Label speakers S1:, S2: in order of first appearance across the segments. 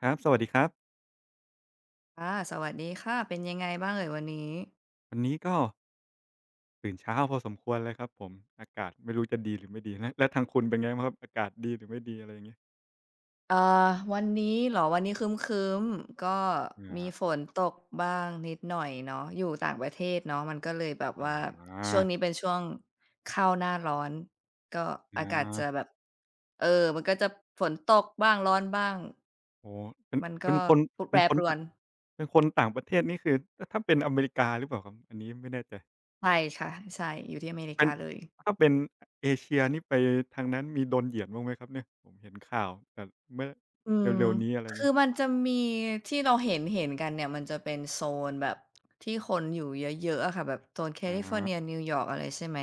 S1: ครับสวัสดีครับ
S2: ค่ะสวัสดีค่ะ เป็นยังไงบ้างเอ่ยวันนี้
S1: วันนี้ก็ตื่นเช้าพอสมควรเลยครับผมอากาศไม่รู้จะดีหรือไม่ดีและแล้วทางคุณเป็นไงบ้างครับอากาศดีหรือไม่ดีอะไรอย่างงี้
S2: เอ่าวันนี้เหรอวันนี้ครึ้มๆก็มี
S1: อา
S2: ฝนตกบ้างนิดหน่อยเนาะอยู่ต่างประเทศเนาะ มันก็เลยแบบว่า
S1: อา
S2: ช่วงนี้เป็นช่วงเข้าหน้าร้อน ก็
S1: อ
S2: อากาศจะแบ
S1: า
S2: บมันก็จะฝนตกบ้างร้อนบ้าง
S1: โอ้โฮเป็น
S2: มัน
S1: เป็
S2: ก็
S1: นคน
S2: แป
S1: เป็
S2: ร
S1: นค
S2: ป
S1: น
S2: ร
S1: ต
S2: วน
S1: เป็นคนต่างประเทศนี่คือถ้าเป็นอเมริกาหรือเปล่าครับอันนี้ไม่แน่ใจ
S2: ใช่ค่ะ ใช่ อยู่ที่อเมริ
S1: เป็
S2: กา
S1: น
S2: เลย
S1: ถ้าเป็นอเอเชียนี่ไปทางนั้นมีโดนเหยียดบ้างไหมครับเนี่ยผมเห็นข่าวแต่เมื่อ
S2: อืม
S1: เร็วๆนี้อะไรอย่าง
S2: คือ
S1: งี้
S2: มันจะมีที่เราเห็นกันเนี่ยมันจะเป็นโซนแบบที่คนอยู่เยอะๆอะค่ะแบบโซนแค
S1: อา
S2: ลิฟอร์เนียนิวยอร์กอะไรใช่ไหม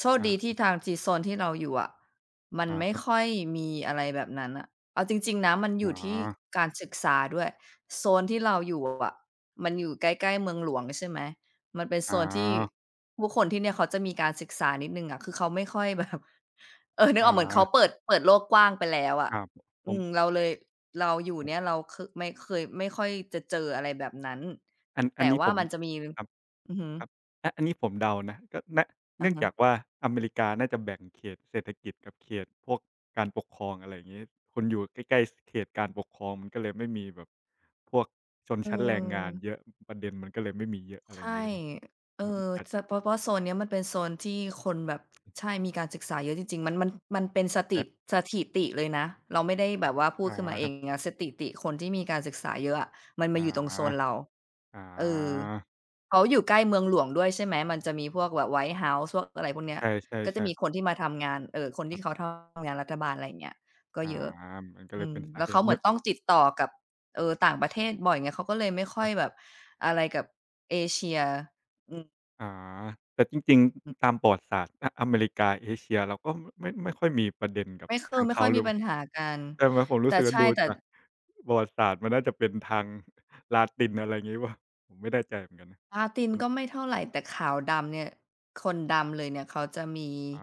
S2: โชค
S1: อ
S2: ดีที่
S1: า
S2: ทางจีโซนที่เราอยู่อะมัน
S1: อา
S2: ไม่
S1: ครับ
S2: ค่อยมีอะไรแบบนั้นอ่ะเอาจริงๆนะมันอ
S1: อ๋
S2: ยู่
S1: อ
S2: ที่การศึกษาด้วยโซนที่เราอยู่อะมันอยู่ใกล้ๆเมืองหลวงใช่ไหมมันเป็นโซ
S1: อา
S2: นที่ผู้คนที่เนี่ยเขาจะมีการศึกษานิดนึงอะคือเขาไม่ค่อยแบบเออนึกอ
S1: อา
S2: อกเหมือนเขาเปิดโลกกว้างไปแล้วอะ
S1: อาผมผ
S2: อื
S1: ม
S2: มเราเลยเราอยู่เนี่ยเราคไม่เคยไม่ค่อยจะเจออะไรแบบนั้น
S1: อันอัน
S2: แต่
S1: นี้
S2: ว่า
S1: ผม
S2: มันจะมี
S1: ครับ
S2: อือฮึ
S1: ครับอะอันนี้ผมเดานะก็นะ
S2: อะ
S1: เนื่อง
S2: ฮะ
S1: จากว่าอเมริกาน่าจะแบ่งเขตเศรษฐกิจกับเขตพวกการปกครองอะไรอย่างงี้คุณอยู่ใกล้ๆเขตการปกครองมันก็เลยไม่มีแบบพวกชน
S2: เอ
S1: ชั้นแรงงานเย
S2: อ
S1: อะประเด็นมันก็เลยไม่มีเยอะอะไรอย่าง
S2: ใช่
S1: งี้หรือเปล่า
S2: เออ
S1: มันอาจ
S2: จะเพราะโซนเนี้ยมันเป็นโซนที่คนแบบใช่มีการศึกษาเยอะจริงๆมันมันเป็น
S1: จะ
S2: สถิติเลยนะเราไม่ได้แบบว่าพูด
S1: อ๋อ
S2: ขึ้นมาเอ
S1: ครั
S2: ง
S1: บ
S2: นะสถิติคนที่มีการศึกษาเยอะอะมันมา
S1: อ๋อ
S2: อยู่ตรงโซนเรา
S1: อ๋อ
S2: เออเขาอยู่ใกล้เมืองหลวงด้วยใช่ไหมมันจะมีพวกแบบ White House พวกอะไรพวกเนี้ย
S1: ใช
S2: ก็จะ
S1: ่
S2: มี
S1: ๆ
S2: คน
S1: ๆ
S2: ที่มาทำงานคน
S1: ค
S2: ที่
S1: รั
S2: เขา
S1: บ
S2: ทำงานรัฐบาลอะไรอย่างเงี้ยก็
S1: อ๋อ
S2: เยอะ
S1: มันก็เล
S2: อื
S1: ย
S2: ม
S1: เป็นสา
S2: แล้ว
S1: เห
S2: เขา
S1: ตุ
S2: เหมื
S1: เย
S2: อน
S1: อะ
S2: ต้องติดต่อกับต่างประเทศบ่อยไงเขาก็เลยไม่
S1: ค
S2: ค่อ
S1: รั
S2: ย
S1: บ
S2: แบบอะไรกับ เอเชียอืม
S1: ออแต่จริงๆ ตามประวัติศาสตร์ออเมริกาเอเชียเราก็ไม่ค่อยมีประเด็นกับ
S2: ไม่คือ
S1: ทาง
S2: ไม่ค่
S1: เขา
S2: อย
S1: หรื
S2: มี
S1: อ
S2: ปัญหากัน
S1: ใช่ไหมผมรู้
S2: แต่
S1: สึกว่า
S2: ใช่
S1: ดู
S2: แต่
S1: จากประวัติศาสตร์มันน่าจะเป็นทางลาตินอะไรงี้เปล่าผมไม่แน่ใจเหมือนกันนะ
S2: อาตีน
S1: เป็น
S2: ก็ไม่เท่าไรแต่ขาวดำเนี่ยคนดำเลยเนี่ยเขาจะมี
S1: อ๋อ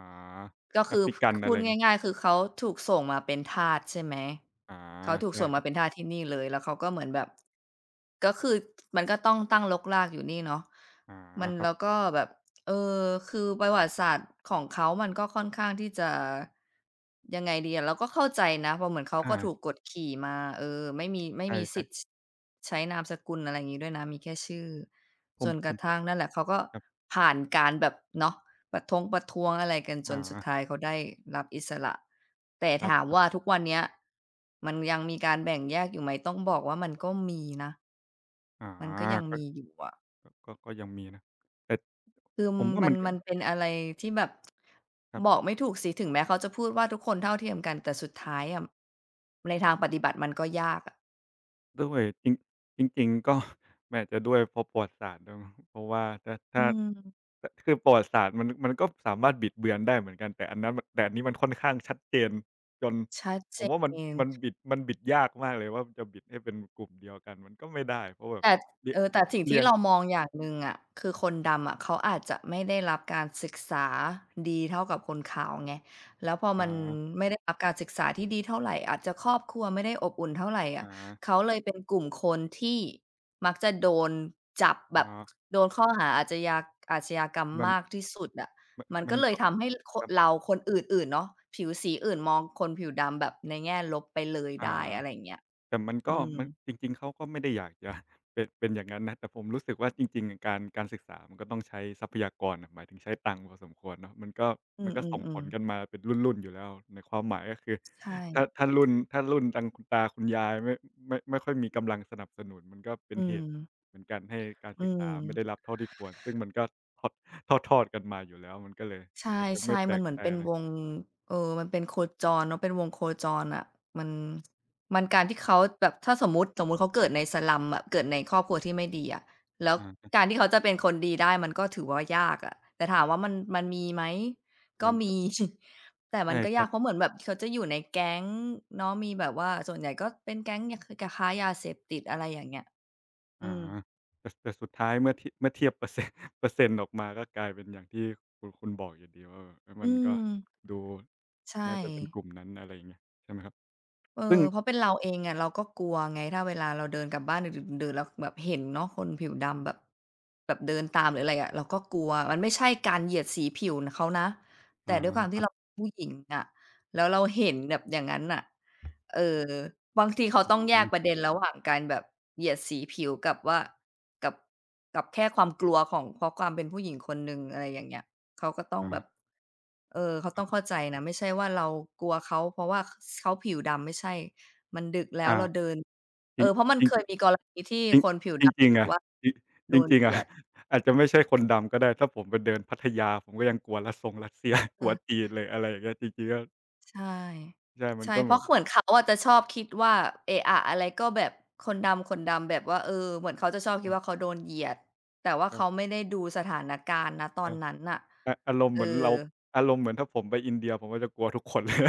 S2: ก็
S1: แอ
S2: คือ
S1: ฟริกัน
S2: พู
S1: อะไร
S2: ด
S1: งี้
S2: ง่ายๆคือเขาถูกส่งมาเป็นทาสใช่ไหม
S1: อ๋อ
S2: เขาถูก
S1: ใช่
S2: ส่ง
S1: ค
S2: มา
S1: รั
S2: เป็น
S1: บ
S2: ทาสที่นี่เลยแล้วเขาก็เหมือนแบบก็คือมันก็ต้องตั้งรกรากอยู่นี่เนาะ
S1: อ๋อ
S2: มัน
S1: ครั
S2: แล้วก็
S1: บ
S2: แบบเออคือประวัติศาสตร์ของเขามันก็ค่อนข้างที่จะยังไงดีอะเราก็เข้าใจนะเพราะเหมือนเขาก็
S1: อา
S2: ถูกกดขี่มาเออไม่มีไม่
S1: ใช
S2: มี
S1: ่
S2: สิทธิ์
S1: ๆ
S2: ใช้นามสกุลอะไรอย่างงี้ด้วยนะมีแค่ชื่อ
S1: ผ
S2: จ
S1: ม
S2: นก
S1: ผ
S2: ระ
S1: มก็
S2: ทั่งนั่นแหละเขาก็
S1: ครับ
S2: ผ่านการแบบเนาะประท้วงอะไรกันจ
S1: อ๋
S2: นสุดท้า
S1: อ
S2: ยเขาได้รับอิสระแต่
S1: คร
S2: ถาม
S1: ับ
S2: ว่า
S1: ๆ
S2: ทุกวันเนี้ยมันยังมีการแบ่งแยกอยู่ไหมต้องบอกว่ามันก็มีนะ
S1: อ๋อ
S2: มันก็ยัง
S1: ก็
S2: มีอยู่อะ
S1: ก็ยังมีนะแต่
S2: คือ
S1: ผมว่า
S2: มั
S1: มั
S2: น
S1: นก็
S2: มันเป็นอะไรที่แบบ
S1: ครั
S2: บอก
S1: บ
S2: ไม่ถูกสิถึงแม้เขาจะพูดว่าทุกคนเท่าเทียมกันแต่สุดท้ายอะในทางปฏิบัติมันก็ยากอะ
S1: ด้วยจริงจริงๆก็ มันอาจจะด้วยเพราะประวัติศาสตร์ด้วยมั้งเพราะว่าถ้า
S2: อื
S1: ถ้า
S2: ม
S1: ถคือประวัติศาสตร์มันก็สามารถบิดเบือนได้เหมือนกันแต่อันนั้นแต่อันนี้มันค่อนข้างชัดเจนจน
S2: ชัดเจ
S1: ผมว่ามัน
S2: น
S1: มันบิดยากมากเลยว่าจะบิดให้เป็นกลุ่มเดียวกันมันก็ไม่ได้เพราะแบบ
S2: แต่
S1: เรีย
S2: เอ
S1: น
S2: อแต่สิ่ง
S1: เรี
S2: ที่
S1: ยน
S2: เรามองอย่างหนึ่งอะคือคนดำอะเขาอาจจะไม่ได้รับการศึกษาดีเท่ากับคนขาวไงแล้วพอมัน
S1: อา
S2: ไม่ได้รับการศึกษาที่ดีเท่าไรอาจจะครอบครัวไม่ได้อบอุ่นเท่าไรอะ
S1: ๆ
S2: เขาเลยเป็นกลุ่มคนที่มักจะโดนจับแบ
S1: อ๋
S2: บ
S1: อ
S2: โดนข้อหาอาชญากรรม
S1: มัน
S2: มากที่สุดอะ
S1: มน
S2: มัน
S1: มั
S2: ก็
S1: น
S2: เลย
S1: ก็
S2: ทำให้ค
S1: ครับ
S2: เราคนอื่นๆเนาะผิวสีอื่นมองคนผิวดำแบบในแง่ลบไปเลยได้
S1: อา
S2: อะไรอย่างเงี้ย
S1: แต่มันก็
S2: อืม
S1: มันจริงๆเขาก็ไม่ได้อยากจะ เป็นอย่างงั้นนะแต่ผมรู้สึกว่าจริงๆอะการศึกษามันก็ต้องใช้ทรัพยากรอะหมายถึงใช้ตังค์พอสมควรเนาะมันก็
S2: อื
S1: มันก็ส่งผ
S2: อ
S1: ล
S2: ๆ
S1: กัน
S2: ๆ
S1: มาเป็นรุ่นๆอยู่แล้วในความหมายก็คือ
S2: ใช่
S1: ถ้าถ้ารุ่นถ้ารุ่นทางคุณตาคุณยายไม่ค่อยมีกำลังสนับสนุนมันก็เป็น
S2: อื
S1: เห
S2: ม
S1: ตุเหมือนกันให้การ
S2: อื
S1: ศึกษา
S2: ม
S1: ไม่ได้รับเท่าที่ควรซึ่งมันก็ทอดทอดๆกันมาอยู่แล้วมันก็เลย
S2: ใช
S1: อาจจะไม่
S2: ่
S1: แป
S2: ๆ
S1: ล
S2: มัน
S1: ก
S2: เหมือน
S1: ใจ
S2: เป็น
S1: อะไร
S2: วงเออมันเป็นโคจรเนาะเป็นวงโคจรอะมันมันการที่เขาแบบถ้าสมมุติเขาเกิดในสลัมอะเกิดในครอบครัวที่ไม่ดีอะแล้ว
S1: อา
S2: การที่เขาจะเป็นคนดีได้มันก็ถือว่ายากอะแต่ถามว่ามันมีไหมก็
S1: มันก็
S2: มี แต่มั
S1: ใช่
S2: นก็ยากเพราะเห
S1: ๆ
S2: มือนแบบเขาจะอยู่ในแก๊งเนาะมีแบบว่าส่วนใหญ่ก็เป็นแก๊งยาคค้ายาเสพติดอะไรอย่างเงี้ย
S1: อา
S2: อืม
S1: แต่แต่สุดท้ายเมื่อท เมื่อเทียบเปอร์เซ็นต์ เปอร์เซ็นต์ออกมาก็กลายเป็นอย่างที่คุณบอกอยู่ดีว่าเออมั
S2: อื
S1: นก็
S2: ม
S1: ดู
S2: ใช่
S1: น่าจะเป็นกลุ่มนั้นอะไรอย่างเงี้ยใช่ไหมครับ
S2: เออ
S1: ซึ่ง
S2: เพราะเป็นเราเองอะเราก็กลัวไงถ้าเวลาเราเดินกลับบ้านดึกๆดื่นๆแล้วแบบเห็นเนาะคนผิวดำแบบเดินตามหรืออะไรอะเราก็กลัวมันไม่ใช่การเหยียดสีผิวนะเขานะ
S1: อ๋
S2: แต่
S1: อ
S2: ด้วยความ
S1: ค
S2: ที่
S1: รั
S2: เรา
S1: บ
S2: เป็นผู้หญิงอะแล้วเราเห็นแบบอย่างงั้นน่ะเออบางทีเขา
S1: อ
S2: ต้องแย
S1: ๋อ
S2: กประเด็นระหว่างการแบบเหยียดสีผิวกับว่ากับกับแค่ความกลัวของเพราะความเป็นผู้หญิงคนหนึ่งอะไรอย่างเงี้ยเขาก็ต้อง
S1: อ๋
S2: แบ
S1: อ
S2: บ เออเขาต้องเข้าใจนะไม่ใช่ว่าเรากลัวเขาเพราะว่าสเขาผิวดำไม่ใช่มันดึกแล้ว
S1: อา
S2: เราเดินเอ
S1: จริ
S2: อ
S1: ง
S2: เพราะมัน
S1: จริ
S2: เค
S1: ง
S2: ยมีกรณีที่คนผิว
S1: จริงจริง
S2: ดำบ
S1: ๆ
S2: อก
S1: อะ
S2: ว่า
S1: จริ
S2: โดน
S1: จริง
S2: เห
S1: ๆ
S2: ยี
S1: อะ
S2: ยด
S1: อาจจะไม่ใช่คนดำก็ได้ถ้าผมไปเดินพัทยาผมก็ยังกลัวรัสซงรัสเซีย ก
S2: เอ
S1: ลัว
S2: อ
S1: จีนเลยอะไรอย่างเงี้ยจริงๆก็
S2: ใช่
S1: ใช่มัน
S2: ใช่
S1: ก็
S2: เพ
S1: แบ
S2: ราะ
S1: บ
S2: เหมือนเขาอะจะชอบคิดว่าเอะอะอะไรก็แบบคนดำๆแบบว่าเออเหมือนเขาจะชอบคิ
S1: อื
S2: ด
S1: อ
S2: ว่าเขาโดนเหยียดแต่ว่าเขา
S1: ใช่
S2: ไม่ได้ดูสถานการณ์ณตอ
S1: ใอ
S2: นนั้นน่ะ
S1: ะอารมณ์
S2: เอ
S1: เห
S2: อ
S1: มือนเราอารมณ์เหมือนถ้าผมไปอินเดียผมก็จะกลัวทุกคน เลย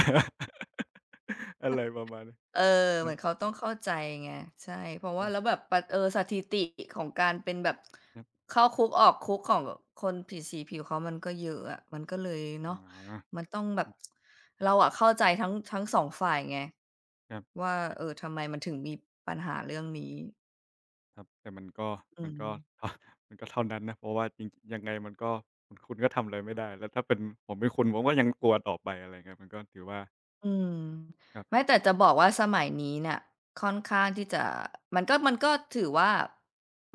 S1: อะไรประมาณนี้
S2: เออ
S1: อื
S2: เหมื
S1: อ
S2: อนเขาต้องเข้าใจไงใช่เพราะ
S1: อื
S2: ว่า
S1: อ
S2: แล้วแบบปะเออสถิติของการเป็นแบบ
S1: ครับ
S2: เข้าคุกออกคุกของคนผิดสีผิวเขามันก็เยอะอะมันก็เลย
S1: อ๋
S2: เนาะ
S1: อ
S2: มันต้องแบบ
S1: อือ
S2: เราอะเข้าใจทั้งสองฝ่ายไง
S1: ครับ
S2: ว่า
S1: ครั
S2: เออ
S1: บ
S2: ทำไมมันถึงมีปัญหาเรื่องนี้
S1: ครับแต่มันก็
S2: อื
S1: มัน
S2: ม
S1: ก็ เท่ามันก็เท่านั้นนะเพราะว่าจริงยังไงมันก็คุณก็ทำอะไรไม่ได้แล้วถ้าเป็นผมเป็นคุณผมก็ยังกลัวต่อไปอะไรอย่างเงี้ยมันก็ถือว่า
S2: อืม
S1: ครั
S2: ไม่
S1: บ
S2: แต่จะบอกว่าสมัยนี้เนี่ยค่อนข้างที่จะมันก็ถือว่า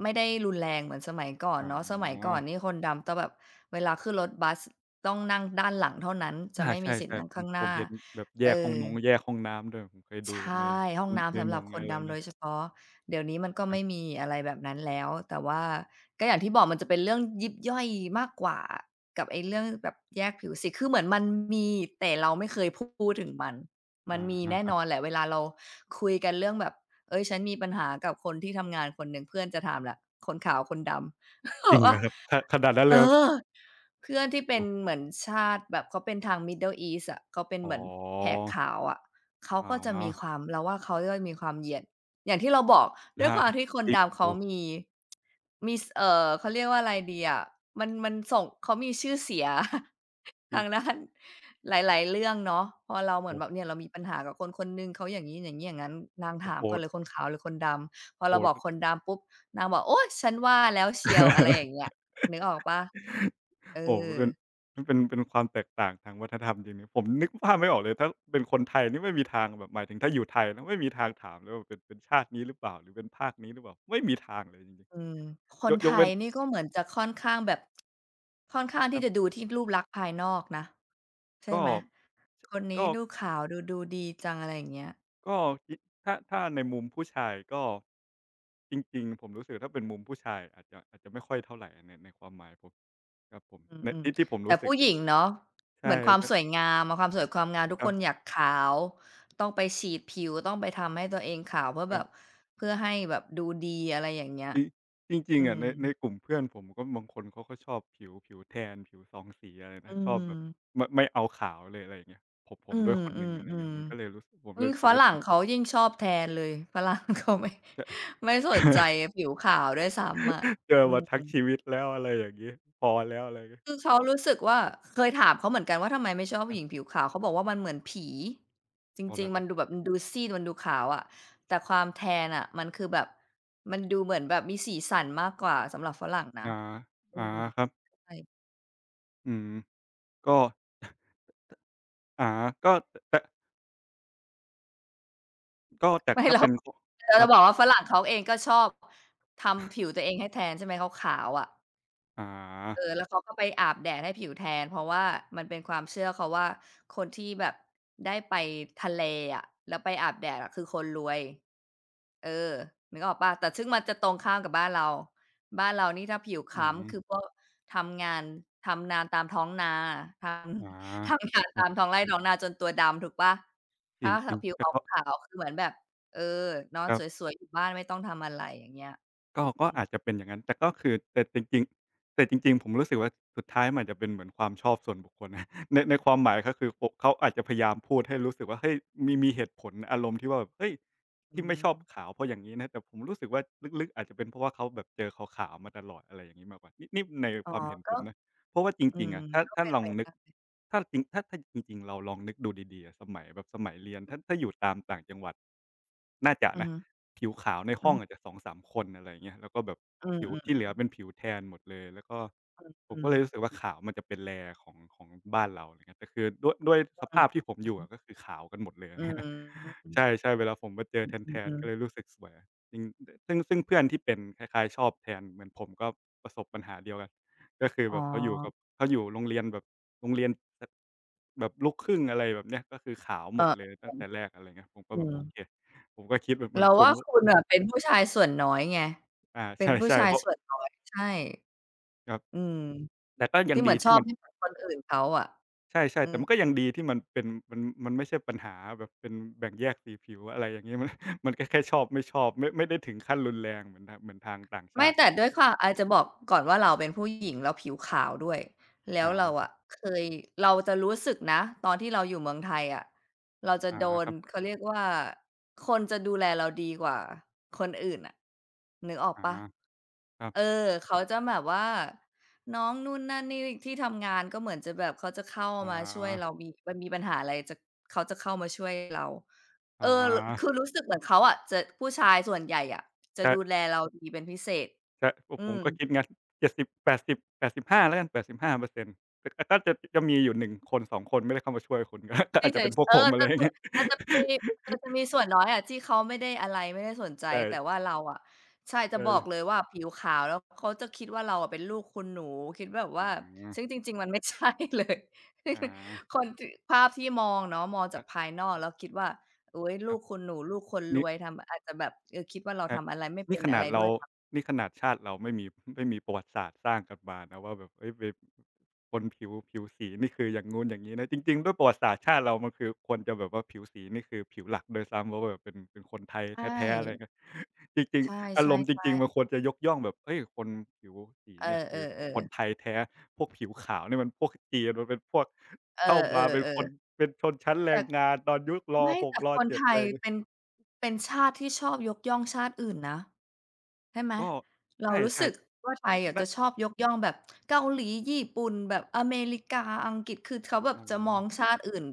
S2: ไม่ได้รุนแรงเหมือนสมัยก่อน
S1: อ๋
S2: เนาะส
S1: อ
S2: มัยก่อนนี่คนดำต้องแบบเวลาขึ้นรถบัสต้องนั่งด้านหลังเท่านั้นจะ
S1: อา
S2: ไม่มีสิทธิ์
S1: ใช่
S2: นั่ง
S1: ๆผม
S2: ข้างห
S1: ผ
S2: น้า
S1: มเห็นแบบแย
S2: เอ
S1: กห้อ
S2: อ
S1: งนงแยกห้องน้ำด้วยผมเคยดู
S2: ใช
S1: ใน
S2: ่ห้อง
S1: ใน
S2: น้ำสำ
S1: ห
S2: ห
S1: น
S2: รับ
S1: ง
S2: คน
S1: อะไร
S2: ดำโด
S1: เนี่ย
S2: ยเฉพาะเดี๋ยวนี้มันก็
S1: ครั
S2: ไม่
S1: บ
S2: มีอะไรแบบนั้นแล้วแต่ว่าก็อย่างที่บอกมันจะเป็นเรื่องยิบย่อยมากกว่ากับไอ้เรื่องแบบแยกผิวสีคือเหมือนมันมีแต่เราไม่เคยพูดถึงมันมัน
S1: อา
S2: มีแน่
S1: ค
S2: น
S1: รับ
S2: อนแหละเวลาเราคุยกันเรื่องแบบเฮ้ยฉันมีปัญหากับคนที่ทำงานคนหนึ่งเพื่อนจะถามแหละคนขาวคนดำ
S1: จ
S2: บ
S1: ริ
S2: อก
S1: ง เหร
S2: ว่า
S1: อครับขขนาดนั้น
S2: เอ
S1: เลยเหรอ
S2: อ เพื่อนที่เป็นเหมือนชาติแบบเขาเป็นทาง Middle East อะเขาเป็น
S1: อ๋
S2: เห
S1: อ
S2: มือนแขกขาวอะเขา
S1: อ๋อ
S2: ก็จะมีความเราว่าเขาก็มีความเหยียดอย่างที่เราบอก
S1: ค
S2: ด้วย
S1: รั
S2: ค
S1: บ
S2: วามที่คน
S1: ที่
S2: ดำเขา
S1: โอ้โฮ
S2: มีมีสเขาเรียกว่าอะไรดีอะมันส่งเขามีชื่อเสีย ทา
S1: ที่
S2: งด้านหลายๆเรื่องเนาะพอเรา
S1: โอ้
S2: เห
S1: โฮ
S2: มือนแบบเนี่ยเรามีปัญหากับคนคนหนึ่งเขาอย่างงี้อย่างงี้อย่างงั้นนาง
S1: โอ้
S2: ถาม
S1: โฮ
S2: ก่อนเลยคนขาวหรือคนดำพอ
S1: โอ้โฮ
S2: เราบอกคนดำปุ๊บนางบอกโอ๊ยฉันว่าแล้วเชียวอะไรอย่างเงี้ยนึกออกเปล่าเอ
S1: โอ้โฮ
S2: อ
S1: เป็นมันเป็นเป็นความแตกต่างทางวัฒนธรรมจริงๆผมนึกภาพไม่ออกเลยถ้าเป็นคนไทยนี่ไม่มีทางแบบหมายถึงถ้าอยู่ไทยนะไม่มีทางถามเลยว่าเป็นเป็นชาตินี้หรือเปล่าหรือเป็นภาคนี้หรือเปล่าไม่มีทางเลยจริง
S2: อืมค
S1: ๆ ย
S2: น
S1: กย
S2: ไท
S1: กเว้
S2: ย
S1: น
S2: นี่ก็เหมือนจะค่อนข้างแบบค่อนข้าง
S1: ค
S2: ที่
S1: รั
S2: จะดู
S1: บ
S2: ที่รูปลักษณ์ภายนอกนะใช่
S1: ก็
S2: ไหมค
S1: ช
S2: นนี้
S1: ก็
S2: ดูขาวดูดีจังอะไรอย่างเงี้ย
S1: ก็คิดถ้าถ้าในมุมผู้ชายก็จริงๆผมรู้สึกถ้าเป็นมุมผู้ชายอาจจะอาจจะไม่ค่อยเท่าไหรในในความหมายผมครับผม
S2: อื
S1: ใน
S2: ม
S1: ที่ที่ผม
S2: ๆแต่
S1: รู้สึก
S2: ผู้หญิ
S1: นะ
S2: งเนาะเหมื
S1: ใช่
S2: อนความสวย
S1: ๆ
S2: งามความสวยความงามทุก
S1: ค
S2: ค
S1: รั
S2: นอยา
S1: บ
S2: กขาวต้องไปฉีดผิวต้องไปทำให้ตัวเองขาวเพื่อ
S1: ค
S2: แบ
S1: รั
S2: บ
S1: บ
S2: เพื่อให้แบบดูดีอะไรอย่างเงี้ย
S1: จริงจริง
S2: อื
S1: ๆอะ
S2: ม
S1: ในในกลุ่มเพื่อนผมก็บางคนเขาก็ชอบผิวผิวแทนผิวสองสีอะไร
S2: อื
S1: นะชอบแบบ
S2: ม
S1: ไม่เอาขาวเลยอะไรอย่างเงี้ยผมผ
S2: อื
S1: มด้วยคนหนึ่งอะไรเงี้
S2: ม
S1: ยมันก็เลย
S2: ๆ
S1: รู้สึกผม
S2: ๆ
S1: เล
S2: ยิ่
S1: ย
S2: ง
S1: รู้สึ
S2: ฝ
S1: กว่า
S2: รั่
S1: จ
S2: งเขายิ่งชอบแทนเลยฝรั่งเขาไม่
S1: ะ
S2: ไม่สนใจ ผิวขาวด้วยซ้ำอะ
S1: เจอ
S2: อื
S1: มาทั้งชี
S2: ม
S1: วิตแล้วอะไรอย่างงี้พอแล้วอะไรอย่างงี้
S2: คือเขา
S1: โอะ
S2: รู้สึกว่าเคยถามเขาเหมือนกันว่าทำไมไม่ชอบ
S1: ค
S2: ผู้
S1: รั
S2: หญิง
S1: บ
S2: ผิวขาวเขาบอกว่ามันเหมือนผีจ
S1: อ๋อเห
S2: ริ
S1: ร
S2: ง
S1: อ
S2: ๆ
S1: ค
S2: มั
S1: รั
S2: น
S1: บ
S2: ดูแบบมันดูซีดมันดูขาวอะแต่ความแทนอะมันคือแบบมันดูเหมือนแบบมีสีสันมากกว่าสำหรับฝรั่งนะ
S1: อา
S2: อื
S1: อา
S2: ม
S1: ครับ
S2: ใช่
S1: อืม ก็ อาก็แต่ก็แต่
S2: ไม่
S1: ถ้า
S2: เรา
S1: เป็น
S2: เรา
S1: ครั
S2: จะ
S1: บ
S2: บอกว่าฝรั่งเขาเองก็ชอบทำผิวตัวเองให้แทนใช่ไหมขาวๆอะ
S1: อา
S2: เออแล้วเขาก็ไปอาบแดดให้ผิวแทนเพราะว่ามันเป็นความเชื่อเขาว่าคนที่แบบได้ไปทะเลอะแล้วไปอาบแดดอะคือคนรวยเออนึกออกเปล่าแต่ซึ่งมันจะตรงข้ามกับบ้านเราบ้านเรานี่ถ้าผิวค
S1: อื
S2: ล้ำ
S1: ม
S2: คือพวกทำงานทำนาตามท้องนาทำ
S1: อา
S2: ทำงาน
S1: ครั
S2: ตา
S1: บ
S2: มท้องไร่ท้องนาจนตัวดำถูกเปล่า
S1: จริ
S2: ถ้า
S1: งจ
S2: ถ้า
S1: ริง
S2: ผิวข
S1: แต่ก็
S2: าวๆคือเหมือนแบบเออนอน
S1: ครั
S2: ส
S1: บ
S2: วยๆอยู่บ้านไม่ต้องทำอะไรอย่างเงี้ย
S1: ก็
S2: อืม
S1: อาจจะเป็นอย่างนั้นแต่ก็คือแต่จริงๆแต่จริงๆผมรู้สึกว่าสุดท้ายมันอาจจะเป็นเหมือนความชอบส่วนบุคคลนะ ในความหมายก็คือผมเขาอาจจะพยายามพูดให้รู้สึกว่าเฮ้ยมีเหตุผลอารมณ์ที่ว่าแบบเฮ้ย
S2: อื
S1: ที่ไม่
S2: ม
S1: ชอบขาวเพราะอย่างนี้นะแต่ผมรู้สึกว่าลึกๆอาจจะเป็นเพราะว่าเขาแบบเจอขาวๆมาตลอดอะไรอย่างนี้มากกว่านี่ใน
S2: อ๋อ
S1: ความเห็นผ
S2: ก็
S1: มนะ เพราะว่าจ
S2: อื
S1: ริงๆ
S2: ม
S1: อะถ้า
S2: ก็
S1: ถ้า
S2: เป็น
S1: ลอ
S2: ไป
S1: งนึก
S2: ได้
S1: ถ้าจริงถ้าจริงๆเราลองนึกดูดีๆอะสมัยแบบสมัยเรียนถ้าอยู่ตามต่างจังหวัดน่าจะ
S2: อื
S1: นะ
S2: ม
S1: ผิวขาวใน
S2: อื
S1: ห้องอาจ
S2: ม
S1: จะสองสามคนอะไรอย่างเงี้ยแล้วก็แบบ
S2: อ
S1: ผิว
S2: ม
S1: ที่เหลือเป็นผิวแทนหมดเลยแล้วก็ผ
S2: อื
S1: มก็เลยรู้
S2: ม
S1: สึกว่าขาวมันจะเป็น rare ของบ้านเราอะไรเงี้ยแต่คือด้วยส
S2: อื
S1: ภาพ
S2: ม
S1: ที่ผมอยู่อะก็คือขาวกันหมดเลย
S2: อืม
S1: นะครับ
S2: อื
S1: ใช
S2: ม
S1: ่ๆเวลาผมมาเจอแ
S2: อื
S1: ทนๆก็เลย
S2: ม
S1: รู้สึกสวยจริงซึ่งเพื่อนที่เป็นคล้ายๆชอบแทนเหมือนผมก็ประสบปัญหาเดียวกัน ก็คือ
S2: อ๋อ
S1: แบบเขาอยู่โรงเรียนแบบโรงเรียนแบบลูกครึ่งอะไรแบบเนี้ยก็คือขาวห
S2: เอ
S1: มดเลย
S2: อ
S1: ตั้งแต่แรกอะไรเงี้ยผมก็
S2: อื
S1: แบบโอเค
S2: ม
S1: ผมก็คิดแบบเหมือน
S2: เรา
S1: คุณ
S2: ว่าคุณน่ะเป็นผู้ชายส่วนน้อยไง
S1: อา
S2: เป็
S1: ใ
S2: นผู้
S1: ช่
S2: ชา
S1: ๆ
S2: ย
S1: เพราะ
S2: ส่วนน้อยใช่
S1: ครับ
S2: อืม
S1: แต่ก็ยัง
S2: ที่เหมื
S1: ดี
S2: อนช
S1: ที่
S2: อบ
S1: มัน
S2: ให้เหมือนคนอื่นเขาอะ
S1: ใช่
S2: อื
S1: ๆแต่
S2: ม
S1: มันก็ยังดีที่มันเป็นมันมันไม่ใช่ปัญหาแบบเป็นแบ่งแยกสีผิวอะไรอย่างงี้ มันก็แค่ชอบไม่ชอบไม่ได้ถึงขั้นรุนแรงเหมือนทางต่าง
S2: ไม่
S1: ชาติ
S2: แต่ด้วยความอาจจะบอกก่อนว่าเราเป็นผู้หญิงเราผิวขาวด้วยแล้วเรา
S1: อา
S2: อะเคยเราจะรู้สึกนะตอนที่เราอยู่เมืองไทยอะเราจะ
S1: อา
S2: โดน
S1: ครับ
S2: เขาเรียกว่าคนจะดูแลเราดีกว่าคนอื่นน่ะนึกออก
S1: อา
S2: เปล่า
S1: ครับ
S2: เออเขาจะแบบว่าน้องนู่นนั่นนี่ที่ทำงานก็เหมือนจะแบบเขาจะเข้า
S1: อ
S2: มาช่วยเรา
S1: า
S2: มีมันมีปัญหาอะไรจะเขาจะเข้ามาช่วยเราเอ
S1: อ
S2: อคือ
S1: า
S2: รู้สึกเหมือนเขาอะจะผู้ชายส่วนใหญ่อะ จะ
S1: ใช่
S2: ดูแลเราดีเป็นพิเศษ
S1: ใช่ผม
S2: อื
S1: ผม
S2: ม
S1: ก็คิดงั้น 70, 80, 85แปดสิบแปดสิบห้าแล้วกัน 85%แต่ก็น่าจะจะมีอยู่1คน2คนไม่ได้เข้ามาช่วยคุณ ก็
S2: ที่
S1: อาจ
S2: เฉ
S1: จะ
S2: ย
S1: เป็นพวก
S2: เออ
S1: ผมอะไร
S2: จะ
S1: อย่าง
S2: ส่วน
S1: งี้
S2: อาจจะมีเออจะมีส่วนน้อยอะที่เขาไม่ได้อะไรไม่ได้สนใจแต่
S1: ใช่
S2: ว่าเราอะใช่จะ
S1: ใช่
S2: บอกเลยว่าผิวขาวแล้วเขาจะคิดว่าเราอะเป็นลูกคุณหนูคิดแบบ
S1: อ๋
S2: ว่า
S1: อ
S2: ซึ่งจริงๆมันไม่ใช่เลย
S1: อา
S2: คนที่ภาพที่มองเนาะมอง
S1: ค
S2: จาก
S1: รั
S2: ภา
S1: บ
S2: ยนอกแล้วคิดว่าอุ๊ย
S1: ค
S2: ลู
S1: รั
S2: ก
S1: บ
S2: คุณหนูลูกคนร
S1: นี่
S2: วยทำอาจจะแบบคิดว่าเรา
S1: ใช่
S2: ทำอะไรไม่เป็
S1: นี่
S2: น
S1: ข
S2: อะ
S1: นา
S2: ไร
S1: ด
S2: ด้
S1: เรา
S2: วยทำ
S1: นี่ขนาดชาติเราไม่มี ไม่มีประวัติศาสตร์สร้างกันมานะว่าแบบเฮ้ยไปคนผิวสีนี่คืออย่างงู้นอย่างงี้นะจริงๆด้วยประวัติศาสตร์ชาติเรามันคือควรจะแบบว่าผิวสีนี่คือผิวหลักด้วยซ้ำเพราะว่าแบบเป็นคนไทย
S2: ใช
S1: แท้ๆอะไร
S2: ่
S1: เงี้ย จริง
S2: ใช
S1: ๆอารมณ์จ
S2: ่
S1: ริงๆมั
S2: ๆ
S1: นค
S2: ๆ
S1: วรจะยกย่องแบบเฮ้ยคนผิวสี
S2: เอ
S1: เนี่ยคือค
S2: อ
S1: น
S2: ๆ
S1: ไท
S2: ๆ
S1: ยแท้พวกผิวขาวเนี่ยมันพวกจีนมันเป็นพวก
S2: เอ
S1: เข้ามาเป็นค
S2: อ
S1: น
S2: ๆๆ
S1: เป็นชนชั้นแรง
S2: แต่
S1: งานตอนยุครหก
S2: แต่
S1: ร
S2: คน
S1: เจ็ด
S2: ไท
S1: อะไร
S2: ย
S1: อย่างงี้
S2: เป็นชาติที่ชอบยกย่องชาติอื่นนะใช่ไหม
S1: ก็
S2: เรารู้
S1: ใช่
S2: สึกว่าไทยอะ
S1: ๆน
S2: จะชอบยกย่องแบบเกาหลีญี่ปุ่นแบบอเมริกาอังกฤษคือเขาแบบ
S1: อ๋อ
S2: จะมองชาติอื่น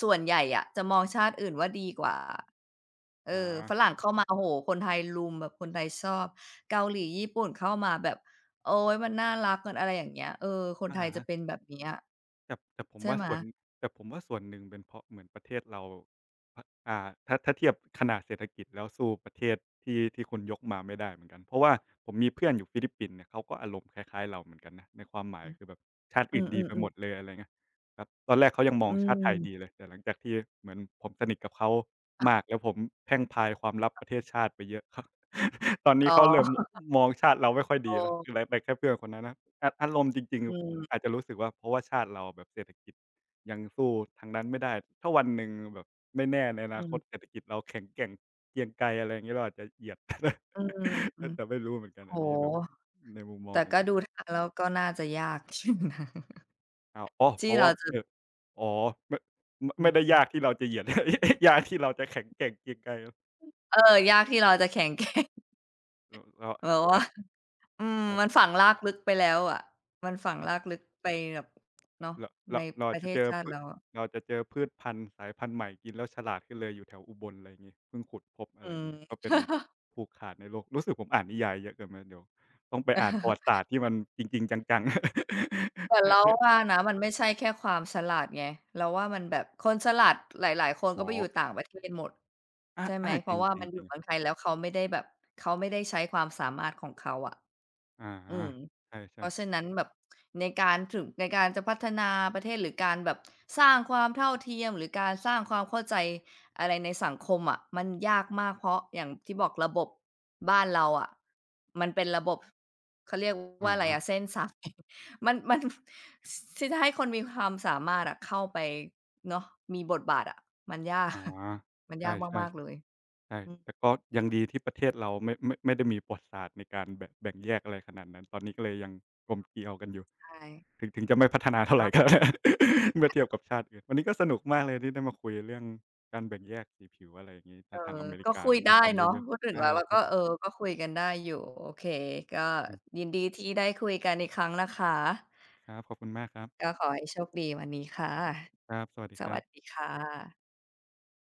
S2: ส่วนใหญ่อะจะมองชาติอื่นว่าดีกว่าเอ
S1: อา
S2: อฝรั่งเข้ามาโอ้โฮคนไทยรุมแบบคนไทยชอบเกาหลีญี่ปุ่นเข้ามาแบบโอ๊ยมันน่ารักมันอะไรอย่างเงี้ยเออคน
S1: อะ
S2: ไทยจะ
S1: ฮะ
S2: เป็นแบบเนี้ย
S1: แต่ผม
S2: ใช่
S1: ว่า
S2: ไหม
S1: ส่วนแต่ผมว่าส่วนหนึ่งเป็นเพราะเหมือนประเทศเราพอ่าถ้าเทียบขนาดเศรษฐกิจแล้วสู้ประเทศที่คุณยกมาไม่ได้เหมือนกัน เพราะว่าผมมีเพื่อนอยู่ฟิลิปปินส์เนี่ยเขาก็อารมณ์คล้ายๆเราเหมือนกันนะในความหมาย
S2: อือ
S1: คือแบบชาติ
S2: อื
S1: อื่นดีไปหม
S2: อๆ
S1: ด
S2: ๆ
S1: เลยอะไรเงี้ย ครับตอนแรกเขายังมอ
S2: อื
S1: งชาติไทยดี
S2: ม
S1: เลยแต่หลังจากที่เหมือนผมสนิทกับเขามากแล้วผมเพร่งพรายความลับประเทศชาติไปเยอะครับ ตอนนี้
S2: อ๋
S1: เขาเริ่ม
S2: อ
S1: มองชาติเราไม่ค่อย
S2: โอ
S1: ดีแล้วคือ
S2: ้
S1: ไรแต่แค่เพื่อนคนนั้นนะออารมณ์จริง
S2: อื
S1: ๆผมอา
S2: ม
S1: จจะรู้สึกว่าเพราะว่าชาติเราแบบเศรษฐกิจยังสู้ทางนั้นไม่ได้ถ้าวันหนึ่งแบบไม่แน่ในอ
S2: อื
S1: นาคตเศร
S2: ม
S1: ษฐกิจเราแข็งแกร่งเกรียงไกรอะไรอย่างงี้เราอาจจะเหยียด
S2: อืม อื
S1: แต่
S2: ม
S1: แต่ไม่รู้เหมือนกั
S2: โอ้
S1: น
S2: โฮ
S1: อันนี้แบบในมุมมอ
S2: แต่
S1: งของ
S2: ก็ดูทางแล้วก็น่าจะยากอยู่นะ
S1: อ้าวอ๋อเพ
S2: ที่
S1: ราะ
S2: เรา
S1: ว่า
S2: จะ
S1: เอออ๋อไม่ไม
S2: อื
S1: ไม่ได้ยาก
S2: ม
S1: ที่เราจะเหยียด ยากที่เราจะแข็งแกร่งเกรียงไกรร
S2: เออยากที่เราจะแข็งแกร่ง
S1: เรา
S2: แบบว่า
S1: อาจ
S2: อืม
S1: ครับ
S2: มันฝังรากลึกไปแล้วอะมันฝัง
S1: ครั
S2: ราก
S1: บ
S2: ลึกไปแบบเนาะ
S1: เรา
S2: ใน
S1: เราเรา
S2: ป
S1: อาจ
S2: ระเท
S1: จะ
S2: ศ
S1: เจอ
S2: ชาติ
S1: พืช
S2: เราอะ
S1: เราจะเจอพืชพันธุ์สายพันธุ์ใหม่กินแล้วฉลาดขึ้นเลยอยู่แถวอุบลอะไรอย่างงี้เพิ่งขุดพบอะ
S2: อื
S1: ไรอย่า
S2: ม
S1: งงี้ก็เป็น ผูกขาดในโลก รู้สึกผมอ่านนิยายเยอะเกินไปเดี๋ยวต้องไปอ่านประวัติศาสตร์ที่มันจริงๆจังๆ
S2: แต่
S1: ให้
S2: เรา
S1: ให้
S2: ว่านะมันไม่ใช่แค่ความฉลาดไงเราว่ามันแบบคนฉลาดหลายๆคนก็
S1: อ๋อ
S2: ไปอยู่ต่างประเทศหมด
S1: อา
S2: ใช่ไหม
S1: อา
S2: เพ
S1: จร
S2: ราะว่า
S1: ิ
S2: มั
S1: ง
S2: นอยู่เมื
S1: ๆ
S2: องไท
S1: ๆ
S2: ยแล้วเขาไม่ได้แบบเขาไม่ได้ใช้ความสามารถของเขาอะ
S1: อา
S2: อืม
S1: ใ
S2: เพ
S1: ช่
S2: ราะฉะ
S1: ๆ
S2: นั้นแบบในการถึงในการจะพัฒนาประเทศหรือการแบบสร้างความเท่าเทียมหรือการสร้างความเข้าใจอะไรในสังคมอะะมันยากมากเพราะอย่างที่บอกระบบบ้านเราอะะมันเป็นระบบเขาเรียกว่าอะไรอะเส้นสาย มันที่จะให้คนมีความสามารถอะเข้าไปเนาะมีบทบาทอะมันยาก
S1: อ๋อ
S2: มัน
S1: ๆใช่
S2: ยาก
S1: ๆ
S2: มากๆเลย
S1: ใช่
S2: อืม
S1: แต่ก็ยังดีที่ประเทศเราไม่ไม่ได้มีประวัติศาสตร์ในการแบ่งแยกอะไรขนาดนั้นตอนนี้ก็เลยยังกลมเกลียวกันอยู่
S2: ใช่
S1: ถึงจะไม่พัฒนาเท่าไรก็
S2: เนาะ
S1: แล้ว เมื่อเทียบกับชาติอื่นวันนี้ก็สนุกมากเลยที่ได้มาคุยเรื่องการแบ่งแยกสีผิวอะไรอย่างงี้
S2: เอ
S1: ทา
S2: อ
S1: งทางอเมริ
S2: ก็
S1: กา
S2: คุย
S1: นะได้
S2: ได้
S1: ความรู้
S2: เนาะ
S1: เยอะ
S2: พูดถึงแล้
S1: อา
S2: วเรา
S1: ค
S2: ก็
S1: รั
S2: เออ
S1: บ
S2: ก็คุยกันได้อยู่โอเคก็
S1: อืม
S2: ยินดีที่ได้คุยกันอีกครั้งนะคะ
S1: ครับขอบคุณมากครับ
S2: ก็ขอให้โชคดีวันนี้ค่ะ
S1: ครับสวัสดี
S2: ส
S1: ครั
S2: วั
S1: บ
S2: สดีค่ะ